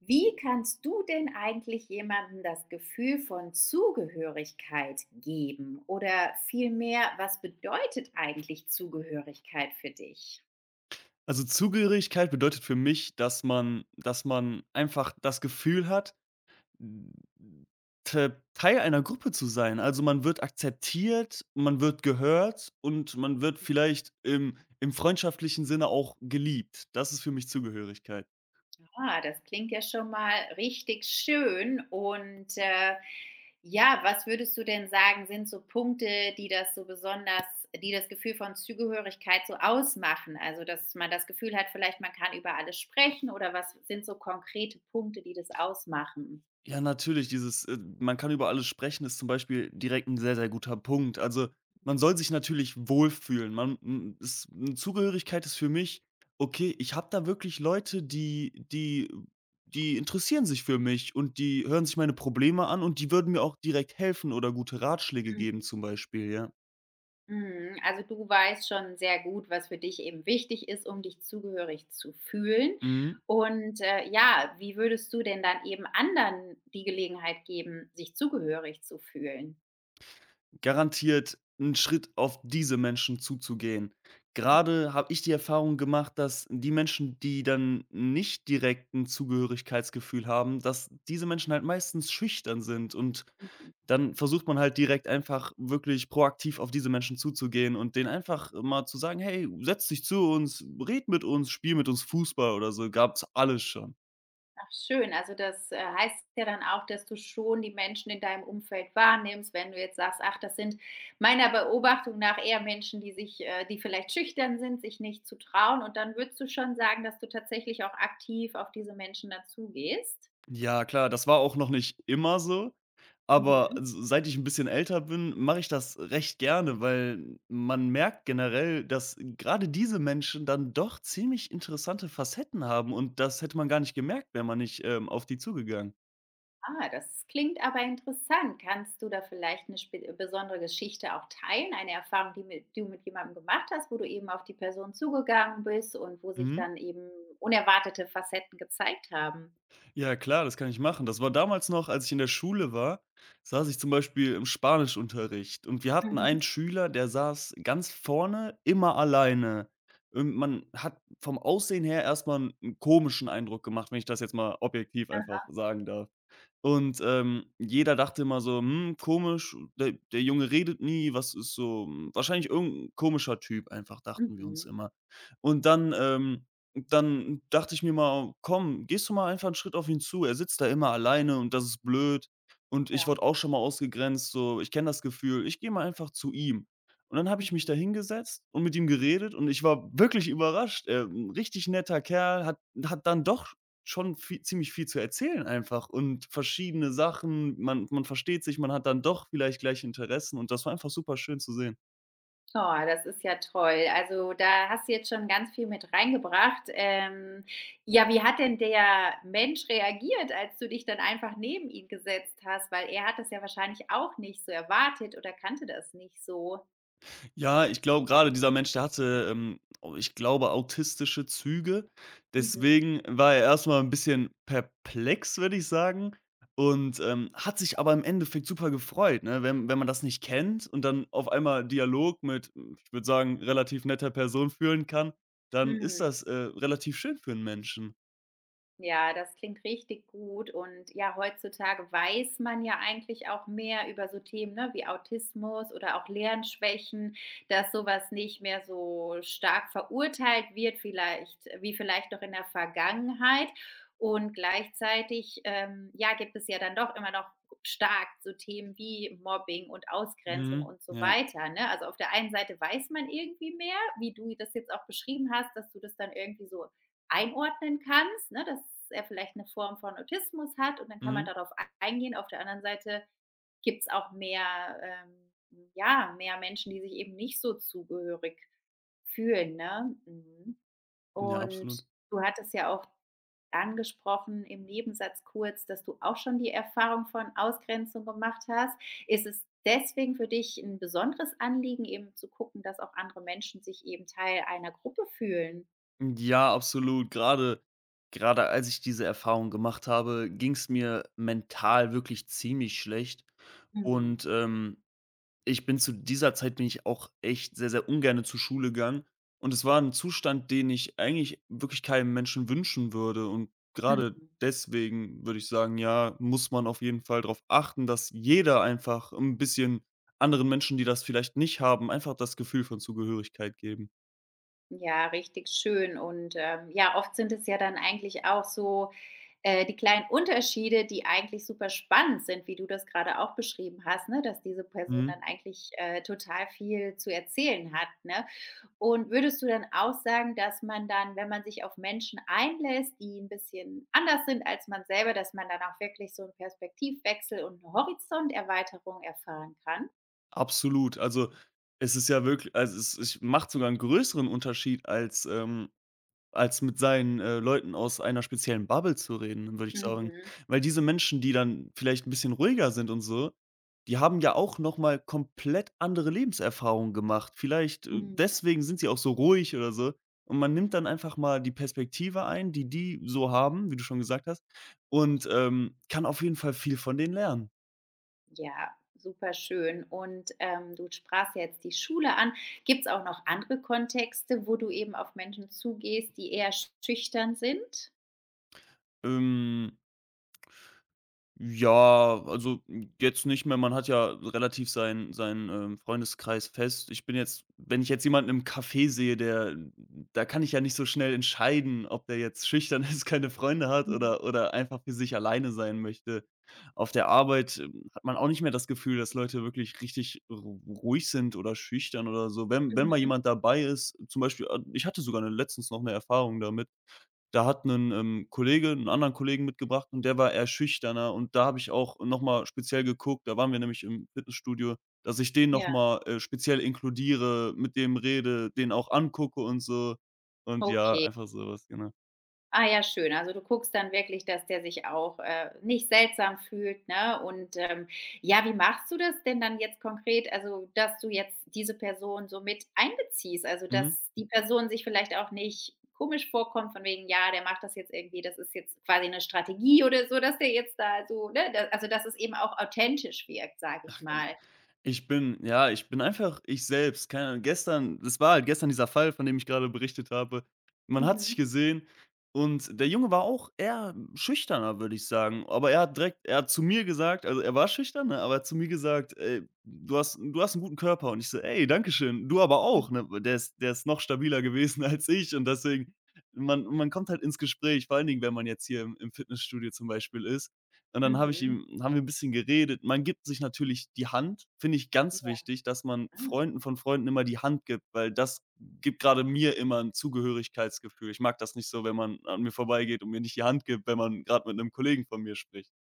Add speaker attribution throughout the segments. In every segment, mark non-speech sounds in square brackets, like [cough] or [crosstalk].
Speaker 1: Wie kannst du denn eigentlich jemandem das Gefühl von Zugehörigkeit geben? Oder vielmehr, was bedeutet eigentlich Zugehörigkeit für dich?
Speaker 2: Also, Zugehörigkeit bedeutet für mich, dass man einfach das Gefühl hat, te Teil einer Gruppe zu sein. Also, man wird akzeptiert, man wird gehört und man wird vielleicht im freundschaftlichen Sinne auch geliebt. Das ist für mich Zugehörigkeit.
Speaker 1: Ah, das klingt ja schon mal richtig schön. Ja, was würdest du denn sagen, sind so Punkte, die das so besonders, die das Gefühl von Zugehörigkeit so ausmachen? Also, dass man das Gefühl hat, vielleicht man kann über alles sprechen oder was sind so konkrete Punkte, die das ausmachen?
Speaker 2: Ja, natürlich, dieses, man kann über alles sprechen, ist zum Beispiel direkt ein sehr, sehr guter Punkt. Also, man soll sich natürlich wohlfühlen. Man m es 'ne Zugehörigkeit ist für mich: „Okay, ich habe da wirklich Leute, die interessieren sich für mich und die hören sich meine Probleme an und die würden mir auch direkt helfen oder gute Ratschläge geben“, zum Beispiel, ja.
Speaker 1: Mhm, also du weißt schon sehr gut, was für dich eben wichtig ist, um dich zugehörig zu fühlen.
Speaker 2: Mhm.
Speaker 1: Ja, wie würdest du denn dann eben anderen die Gelegenheit geben, sich zugehörig zu fühlen?
Speaker 2: Garantiert einen Schritt auf diese Menschen zuzugehen.
Speaker 1: Mhm.
Speaker 2: Gerade habe ich die Erfahrung gemacht, dass die Menschen, die dann nicht direkt ein Zugehörigkeitsgefühl haben, dass diese Menschen halt meistens schüchtern sind, und
Speaker 1: Mhm.
Speaker 2: dann versucht man halt direkt einfach wirklich proaktiv auf diese Menschen zuzugehen und denen einfach mal zu sagen: „Hey, setz dich zu uns, red mit uns, spiel mit uns Fußball“ oder so, gab's alles schon.
Speaker 1: Ach schön, also das heißt ja dann auch, dass du schon die Menschen in deinem Umfeld wahrnimmst, wenn du jetzt sagst: „Ach, das sind meiner Beobachtung nach eher Menschen, die sich die vielleicht schüchtern sind, sich nicht zu trauen.“ Und dann würdest du schon sagen, dass du tatsächlich auch aktiv auf diese Menschen dazugehst?
Speaker 2: Ja klar, das war auch noch nicht immer so. Aber
Speaker 1: Mhm.
Speaker 2: s seit ich ein bisschen älter bin, mache ich das recht gerne, weil man merkt generell, dass gerade diese Menschen dann doch ziemlich interessante Facetten haben, und das hätte man gar nicht gemerkt, wäre man nicht, auf die zugegangen.
Speaker 1: Ah, das klingt aber interessant. Kannst du da vielleicht eine spe besondere Geschichte auch teilen? Eine Erfahrung, die mit du mit jemandem gemacht hast, wo du eben auf die Person zugegangen bist und wo sich
Speaker 2: Mhm.
Speaker 1: dann eben unerwartete Facetten gezeigt haben?
Speaker 2: Ja klar, das kann ich machen. Das war damals noch, als ich in der Schule war, saß ich zum Beispiel im Spanischunterricht, und wir hatten einen
Speaker 1: Mhm.
Speaker 2: Schüler, der saß ganz vorne, immer alleine. Und man hat vom Aussehen her erstmal einen komischen Eindruck gemacht, wenn ich das jetzt mal objektiv
Speaker 1: Aha.
Speaker 2: einfach sagen darf. Und, jeder dachte immer so: „Hm, komisch, der Junge redet nie, was ist so, hm, wahrscheinlich irgendein komischer Typ einfach“, dachten wir uns
Speaker 1: Mhm.
Speaker 2: immer. Und dann, dann dachte ich mir mal: „Komm, gehst du mal einfach einen Schritt auf ihn zu. Er sitzt da immer alleine und das ist blöd.“ Und ich
Speaker 1: Ja.
Speaker 2: wurde auch schon mal ausgegrenzt, so, ich kenne das Gefühl. Ich gehe mal einfach zu ihm. Und dann habe ich mich
Speaker 1: Mhm.
Speaker 2: da hingesetzt und mit ihm geredet und ich war wirklich überrascht. 'N richtig netter Kerl, hat dann doch schon vie ziemlich viel zu erzählen einfach und verschiedene Sachen. Man versteht sich, man hat dann doch vielleicht gleiche Interessen und das war einfach super schön zu sehen.
Speaker 1: Oh, das ist ja toll. Also, da hast du jetzt schon ganz viel mit reingebracht. Ja, wie hat denn der Mensch reagiert, als du dich dann einfach neben ihn gesetzt hast? Weil er hat das ja wahrscheinlich auch nicht so erwartet oder kannte das nicht so.
Speaker 2: Ja, ich glaube, gerade dieser Mensch, der hatte, au ich glaube, autistische Züge.
Speaker 1: Mhm.
Speaker 2: Deswegen war er erstmal ein bisschen perplex, würde ich sagen, und, hat sich aber im Endeffekt super gefreut, ne? Wenn man das nicht kennt und dann auf einmal Dialog mit, hm, ich würde sagen, relativ netter Person führen kann, dann ist
Speaker 1: Mhm.
Speaker 2: das, relativ schön für 'n Menschen.
Speaker 1: Ja, das klingt richtig gut und ja, heutzutage weiß man ja eigentlich auch mehr über so Themen, ne, wie Autismus oder auch Lernschwächen, dass sowas nicht mehr so stark verurteilt wird, vielleicht wie vielleicht noch in der Vergangenheit. Und gleichzeitig, ja, gibt es ja dann doch immer noch stark so Themen wie Mobbing und Ausgrenzung
Speaker 2: Mhm,
Speaker 1: und so
Speaker 2: ja.
Speaker 1: weiter, ne? Also, auf der einen Seite weiß man irgendwie mehr, wie du das jetzt auch beschrieben hast, dass du das dann irgendwie so einordnen kannst, ne, dass er vielleicht eine Form von Autismus hat und dann kann man
Speaker 2: Mhm.
Speaker 1: darauf eingehen. Auf der anderen Seite gibt es auch mehr ja, mehr Menschen, die sich eben nicht so zugehörig fühlen, ne? Mhm.
Speaker 2: Ja, absolut.
Speaker 1: Und du hattest ja auch angesprochen im Nebensatz kurz, dass du auch schon die Erfahrung von Ausgrenzung gemacht hast. Ist es deswegen für dich ein besonderes Anliegen, eben zu gucken, dass auch andere Menschen sich eben Teil einer Gruppe fühlen?
Speaker 2: Ja, absolut. Gerade als ich diese Erfahrung gemacht habe, ging es mir mental wirklich ziemlich schlecht.
Speaker 1: Mhm.
Speaker 2: Und, ich bin zu dieser Zeit bin ich auch echt sehr, sehr ungerne zur Schule gegangen. Und es war ein Zustand, den ich eigentlich wirklich keinem Menschen wünschen würde. Und gerade
Speaker 1: Mhm.
Speaker 2: deswegen würde ich sagen, ja, muss man auf jeden Fall darauf achten, dass jeder einfach ein bisschen anderen Menschen, die das vielleicht nicht haben, einfach das Gefühl von Zugehörigkeit geben.
Speaker 1: Ja, richtig schön. Ja, oft sind es ja dann eigentlich auch so, die kleinen Unterschiede, die eigentlich super spannend sind, wie du das gerade auch beschrieben hast, ne, dass diese Person
Speaker 2: Mhm.
Speaker 1: dann eigentlich, total viel zu erzählen hat, ne? Und würdest du dann auch sagen, dass man dann, wenn man sich auf Menschen einlässt, die ein bisschen anders sind als man selber, dass man dann auch wirklich so einen Perspektivwechsel und eine Horizonterweiterung erfahren kann?
Speaker 2: Absolut. Also, es ist ja wirklich, also, es macht sogar einen größeren Unterschied als, als mit seinen, Leuten aus einer speziellen Bubble zu reden, würde ich sagen.
Speaker 1: Mhm.
Speaker 2: Weil diese Menschen, die dann vielleicht ein bisschen ruhiger sind und so, die haben ja auch noch mal komplett andere Lebenserfahrungen gemacht. Vielleicht,
Speaker 1: Mhm.
Speaker 2: deswegen sind sie auch so ruhig oder so. Und man nimmt dann einfach mal die Perspektive ein, die die so haben, wie du schon gesagt hast, und, kann auf jeden Fall viel von denen lernen.
Speaker 1: Ja, super schön. Du sprachst ja jetzt die Schule an. Gibt es auch noch andere Kontexte, wo du eben auf Menschen zugehst, die eher schüchtern sind?
Speaker 2: Ähm Ja, also, hm, jetzt nicht mehr. Man hat ja relativ seinen Freundeskreis fest. Ich bin jetzt Wenn ich jetzt jemanden im Café sehe, der da kann ich ja nicht so schnell entscheiden, ob der jetzt schüchtern [laughs] ist, keine Freunde hat
Speaker 1: Mhm.
Speaker 2: oder einfach für sich alleine sein möchte. Auf der Arbeit, hat man auch nicht mehr das Gefühl, dass Leute wirklich richtig ru ruhig sind oder schüchtern oder so. Wenn mal
Speaker 1: Mhm.
Speaker 2: jemand dabei ist zum Beispiel, ich hatte sogar letztens noch eine Erfahrung damit. Da hat 'nen Kollege 'nen anderen Kollegen mitgebracht und der war eher schüchterner, und da habe ich auch noch mal speziell geguckt, da waren wir nämlich im Fitnessstudio, dass ich den noch
Speaker 1: Ja,
Speaker 2: mal, speziell inkludiere, mit dem rede, den auch angucke und so. Und ja,
Speaker 1: okay.
Speaker 2: einfach sowas, genau.
Speaker 1: Ah ja, schön. Also, du guckst dann wirklich, dass der sich auch, nicht seltsam fühlt, ne? Ja, wie machst du das denn dann jetzt konkret? Also, dass du jetzt diese Person so mit einbeziehst, also,
Speaker 2: Mhm.
Speaker 1: dass die Person sich vielleicht auch nicht komisch vorkommt von wegen: „Ja, der macht das jetzt irgendwie, das ist jetzt quasi eine Strategie oder so, dass der jetzt da so“, ne? Da also, dass es eben auch authentisch wirkt, sage
Speaker 2: Ach
Speaker 1: ich mal.
Speaker 2: Ich bin ja, ich bin einfach ich selbst. Keine Ahnung, gestern das war halt gestern dieser Fall, von dem ich gerade berichtet habe. Man hat
Speaker 1: Mhm.
Speaker 2: sich gesehen und der Junge war auch eher schüchterner, würde ich sagen. Aber er hat direkt er hat zu mir gesagt, also, er war schüchtern, ne, aber er hat zu mir gesagt: „Ey, du hast einen guten Körper.“ Und ich so: „Ey, danke schön, du aber
Speaker 1: Mhm.
Speaker 2: auch“, ne? Der ist noch stabiler gewesen [laughs] als ich, und deswegen man kommt halt ins Gespräch, vor allen Dingen, wenn man jetzt hier im Fitnessstudio zum Beispiel ist. Und dann habe ich
Speaker 1: Mhm.
Speaker 2: ihm haben wir ein bisschen geredet. Man gibt sich natürlich die Hand, finde ich ganz wichtig, dass man
Speaker 1: Ja.
Speaker 2: Freunden von Freunden immer die Hand gibt, weil das gibt gerade mir immer ein Zugehörigkeitsgefühl. Ich mag das nicht so, wenn man an mir vorbeigeht und mir nicht die Hand gibt, wenn man gerade mit einem Kollegen von mir spricht.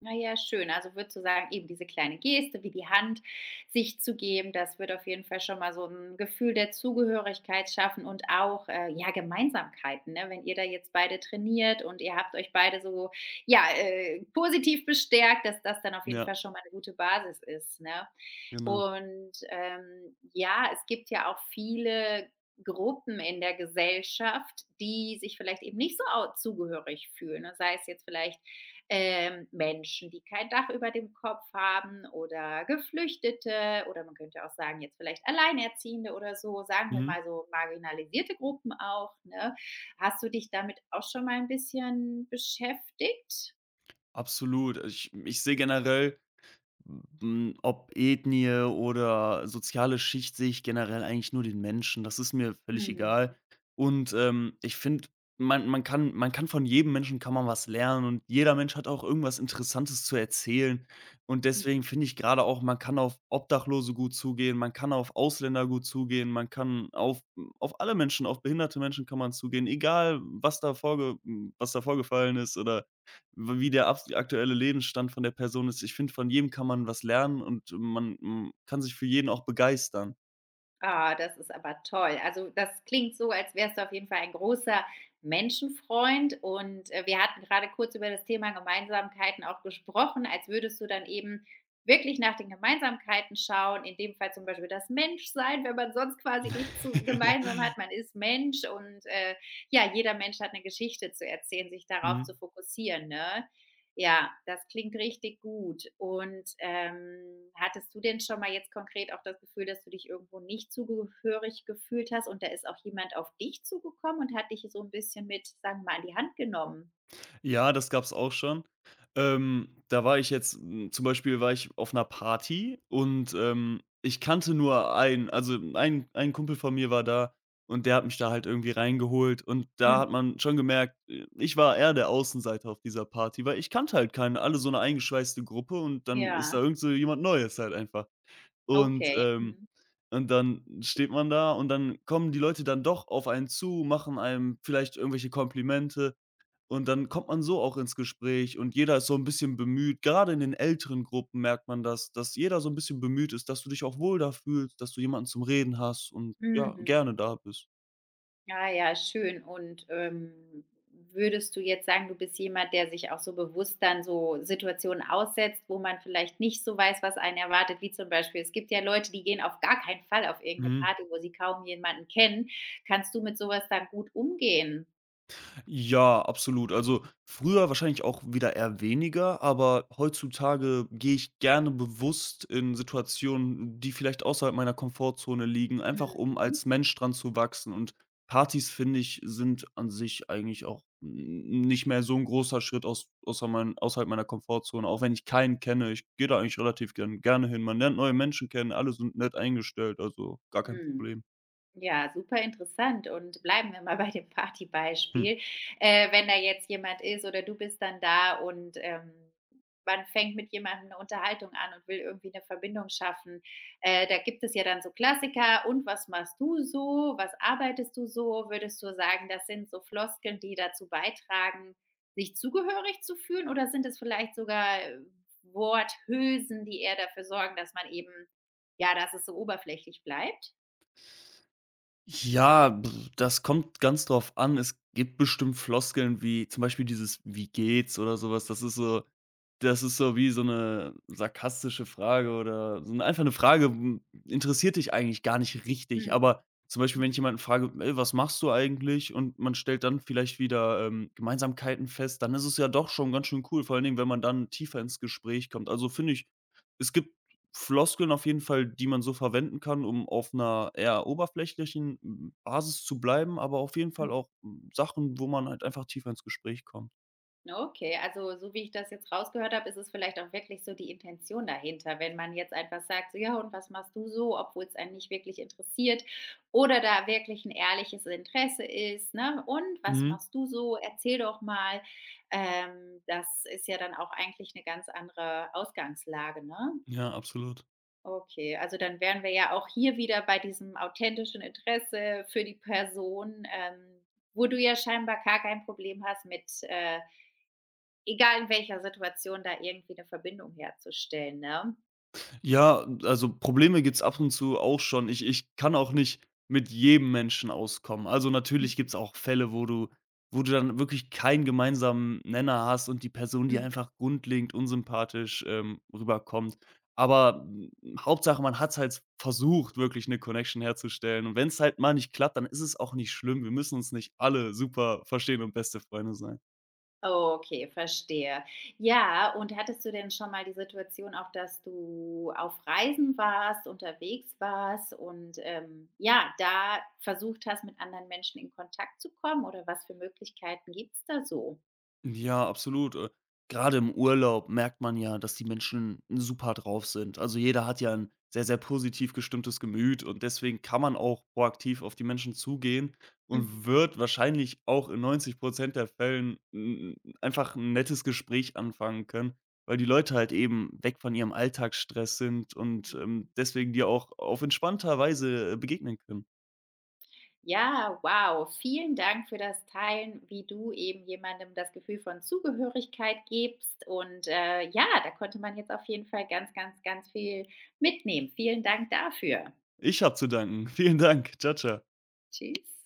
Speaker 1: Na ja, schön. Also, würdest du sagen, eben diese kleine Geste wie die Hand sich zu geben, das wird auf jeden Fall schon mal so ein Gefühl der Zugehörigkeit schaffen und auch, ja, Gemeinsamkeiten, ne? Wenn ihr da jetzt beide trainiert und ihr habt euch beide so, ja, positiv bestärkt, dass das dann auf jeden
Speaker 2: Ja,
Speaker 1: Fall schon mal eine gute Basis ist, ne?
Speaker 2: genau.
Speaker 1: Ja, es gibt ja auch viele Gruppen in der Gesellschaft, die sich vielleicht eben nicht so au zugehörig fühlen, ne? Sei es jetzt vielleicht, Menschen, die kein Dach über dem Kopf haben oder Geflüchtete oder man könnte auch sagen, jetzt vielleicht Alleinerziehende oder so, sagen wir
Speaker 2: Mhm.
Speaker 1: mal so marginalisierte Gruppen auch, ne? Hast du dich damit auch schon mal ein bisschen beschäftigt?
Speaker 2: Absolut. Ich sehe generell, hm, ob Ethnie oder soziale Schicht, sehe ich generell eigentlich nur den Menschen. Das ist mir völlig
Speaker 1: Mhm,
Speaker 2: egal. Und, ich finde, man kann von jedem Menschen kann man was lernen, und jeder Mensch hat auch irgendwas Interessantes zu erzählen. Und
Speaker 1: mhm.
Speaker 2: deswegen finde ich gerade auch, man kann auf Obdachlose gut zugehen, man kann auf Ausländer gut zugehen, man kann auf alle Menschen, auf behinderte Menschen kann man zugehen, egal was da vorgefallen ist oder wie der abs aktuelle Lebensstand von der Person ist. Ich finde, von jedem kann man was lernen und man, kann sich für jeden auch begeistern.
Speaker 1: Ah, das ist aber toll. Also, das klingt so, als wärst du auf jeden Fall ein großer Menschenfreund. Wir hatten gerade kurz über das Thema Gemeinsamkeiten auch gesprochen, als würdest du dann eben wirklich nach den Gemeinsamkeiten schauen. In dem Fall zum Beispiel das Menschsein, wenn man sonst quasi nichts zu, gemeinsam
Speaker 2: [laughs]
Speaker 1: hat. Man ist Mensch und ja, jeder Mensch hat eine Geschichte zu erzählen, sich darauf zu
Speaker 2: Mhm.
Speaker 1: fokussieren. Ne? Ja, das klingt richtig gut. Hattest du denn schon mal jetzt konkret auch das Gefühl, dass du dich irgendwo nicht zugehörig gefühlt hast und da ist auch jemand auf dich zugekommen und hat dich so ein bisschen mit, sagen wir mal, an die Hand genommen?
Speaker 2: Ja, das gab's auch schon. Da war ich jetzt, zum Beispiel war ich auf einer Party, und, ich kannte nur einen, also, ein Kumpel von mir war da und der hat mich da halt irgendwie reingeholt, und da hat
Speaker 1: Mhm.
Speaker 2: man schon gemerkt, ich war eher der Außenseiter auf dieser Party, weil ich kannte halt keine alle so eine eingeschweißte Gruppe und dann ist da
Speaker 1: Ja,
Speaker 2: irgend so jemand Neues halt einfach. Und,
Speaker 1: okay.
Speaker 2: ähm
Speaker 1: Mhm.
Speaker 2: und dann steht man da und dann kommen die Leute dann doch auf einen zu, machen einem vielleicht irgendwelche Komplimente, und dann kommt man so auch ins Gespräch und jeder ist so ein bisschen bemüht. Gerade in den älteren Gruppen merkt man das, dass jeder so ein bisschen bemüht ist, dass du dich auch wohl da fühlst, dass du jemanden zum Reden hast und ja,
Speaker 1: Mhm.
Speaker 2: gerne da bist.
Speaker 1: Ah ja, schön. Würdest du jetzt sagen, du bist jemand, der sich auch so bewusst dann so Situationen aussetzt, wo man vielleicht nicht so weiß, was einen erwartet, wie zum Beispiel, es gibt ja Leute, die gehen auf gar keinen Fall auf irgendeine Party, wo sie kaum jemanden kennen. Kannst du mit sowas dann gut umgehen?
Speaker 2: Ja, absolut. Also früher wahrscheinlich auch wieder eher weniger, aber heutzutage gehe ich gerne bewusst in Situationen, die vielleicht außerhalb meiner Komfortzone liegen, einfach um
Speaker 1: Mhm.
Speaker 2: als Mensch dran zu wachsen. Und Partys, finde ich, sind an sich eigentlich auch nicht mehr so ein großer Schritt außerhalb meiner Komfortzone, auch wenn ich keinen kenne. Ich gehe da eigentlich relativ gerne hin. Man lernt neue Menschen kennen, alle sind nett eingestellt, also gar kein
Speaker 1: Mhm.
Speaker 2: Problem.
Speaker 1: Ja, super interessant und bleiben wir mal [laughs] bei dem
Speaker 2: Hm.
Speaker 1: Partybeispiel. Wenn da jetzt jemand ist oder du bist dann da und, man fängt mit jemandem eine Unterhaltung an und will irgendwie eine Verbindung schaffen. Da gibt es ja dann so Klassiker: „Und was machst du so? Was arbeitest du so?“ Würdest du sagen, das sind so Floskeln, die dazu beitragen, sich zugehörig zu fühlen oder sind es vielleicht sogar, Worthülsen, die eher dafür sorgen, dass man eben ja, dass es so oberflächlich bleibt?
Speaker 2: Ja, b- Das kommt ganz drauf an. Es gibt bestimmt Floskeln wie zum Beispiel dieses „Wie geht's?“ oder sowas. Das ist so wie so eine sarkastische Frage oder so 'ne Frage, hm, interessiert dich eigentlich gar nicht richtig.
Speaker 1: Mhm.
Speaker 2: Aber zum Beispiel, wenn ich
Speaker 1: Mhm,
Speaker 2: jemanden frage: „Ey, was machst du eigentlich?“ und man stellt dann vielleicht wieder, Gemeinsamkeiten fest, dann ist es ja doch schon ganz schön cool, vor allen Dingen, wenn man dann tiefer ins Gespräch kommt. Also, finde ich, es gibt Floskeln auf jeden Fall, die man so verwenden kann, um auf 'ner eher oberflächlichen, hm, Basis zu bleiben, aber auf jeden Fall
Speaker 1: mhm.
Speaker 2: auch, hm, Sachen, wo man halt einfach tiefer ins Gespräch kommt.
Speaker 1: Okay, also so wie ich das jetzt rausgehört habe, ist es vielleicht auch wirklich so die Intention dahinter, wenn man jetzt einfach sagt, so ja, und was machst du so, obwohl es einen nicht wirklich interessiert oder da wirklich ein ehrliches Interesse ist, ne? Und was
Speaker 2: Mhm.
Speaker 1: machst du so? Erzähl doch mal. Das ist ja dann auch eigentlich eine ganz andere Ausgangslage, ne?
Speaker 2: Ja, absolut.
Speaker 1: Okay, also dann wären wir ja auch hier wieder bei diesem authentischen Interesse für die Person, wo du ja scheinbar gar kein Problem hast mit, egal in welcher Situation, da irgendwie eine Verbindung herzustellen, ne?
Speaker 2: Ja, also Probleme gibt's ab und zu auch schon. Ich kann auch nicht mit jedem Menschen auskommen. Also, natürlich
Speaker 1: Mhm.
Speaker 2: gibt's auch Fälle, wo du dann wirklich keinen gemeinsamen Nenner hast und die Person die
Speaker 1: Mhm.
Speaker 2: einfach grundlegend unsympathisch, rüberkommt. Aber, hm, Hauptsache, man hat's halt versucht, wirklich eine Connection herzustellen. Und wenn's halt mal nicht klappt, dann ist es auch nicht schlimm. Wir müssen uns nicht alle super verstehen und beste Freunde sein.
Speaker 1: Okay, verstehe. Ja, und hattest du denn schon mal die Situation auch, dass du auf Reisen warst, unterwegs warst und, ja, da versucht hast, mit anderen Menschen in Kontakt zu kommen oder was für Möglichkeiten gibt's da so?
Speaker 2: Ja, absolut. Grade im Urlaub merkt man ja, dass die Menschen super drauf sind. Also, jeder hat ja ein sehr, sehr positiv gestimmtes Gemüt und deswegen kann man auch proaktiv auf die Menschen zugehen und
Speaker 1: Mhm.
Speaker 2: wird wahrscheinlich auch in 90% der Fällen 'n einfach 'n nettes Gespräch anfangen können, weil die Leute halt eben weg von ihrem Alltagsstress sind und,
Speaker 1: Mhm.
Speaker 2: deswegen dir auch auf entspannter Weise, begegnen können.
Speaker 1: Ja, wow. Vielen Dank für das Teilen, wie du eben jemandem das Gefühl von Zugehörigkeit gibst. Ja, da konnte man jetzt auf jeden Fall ganz, ganz, ganz viel mitnehmen. Vielen Dank dafür.
Speaker 2: Ich habe zu danken. [laughs] Vielen Dank. Ciao, ciao.
Speaker 1: Tschüss.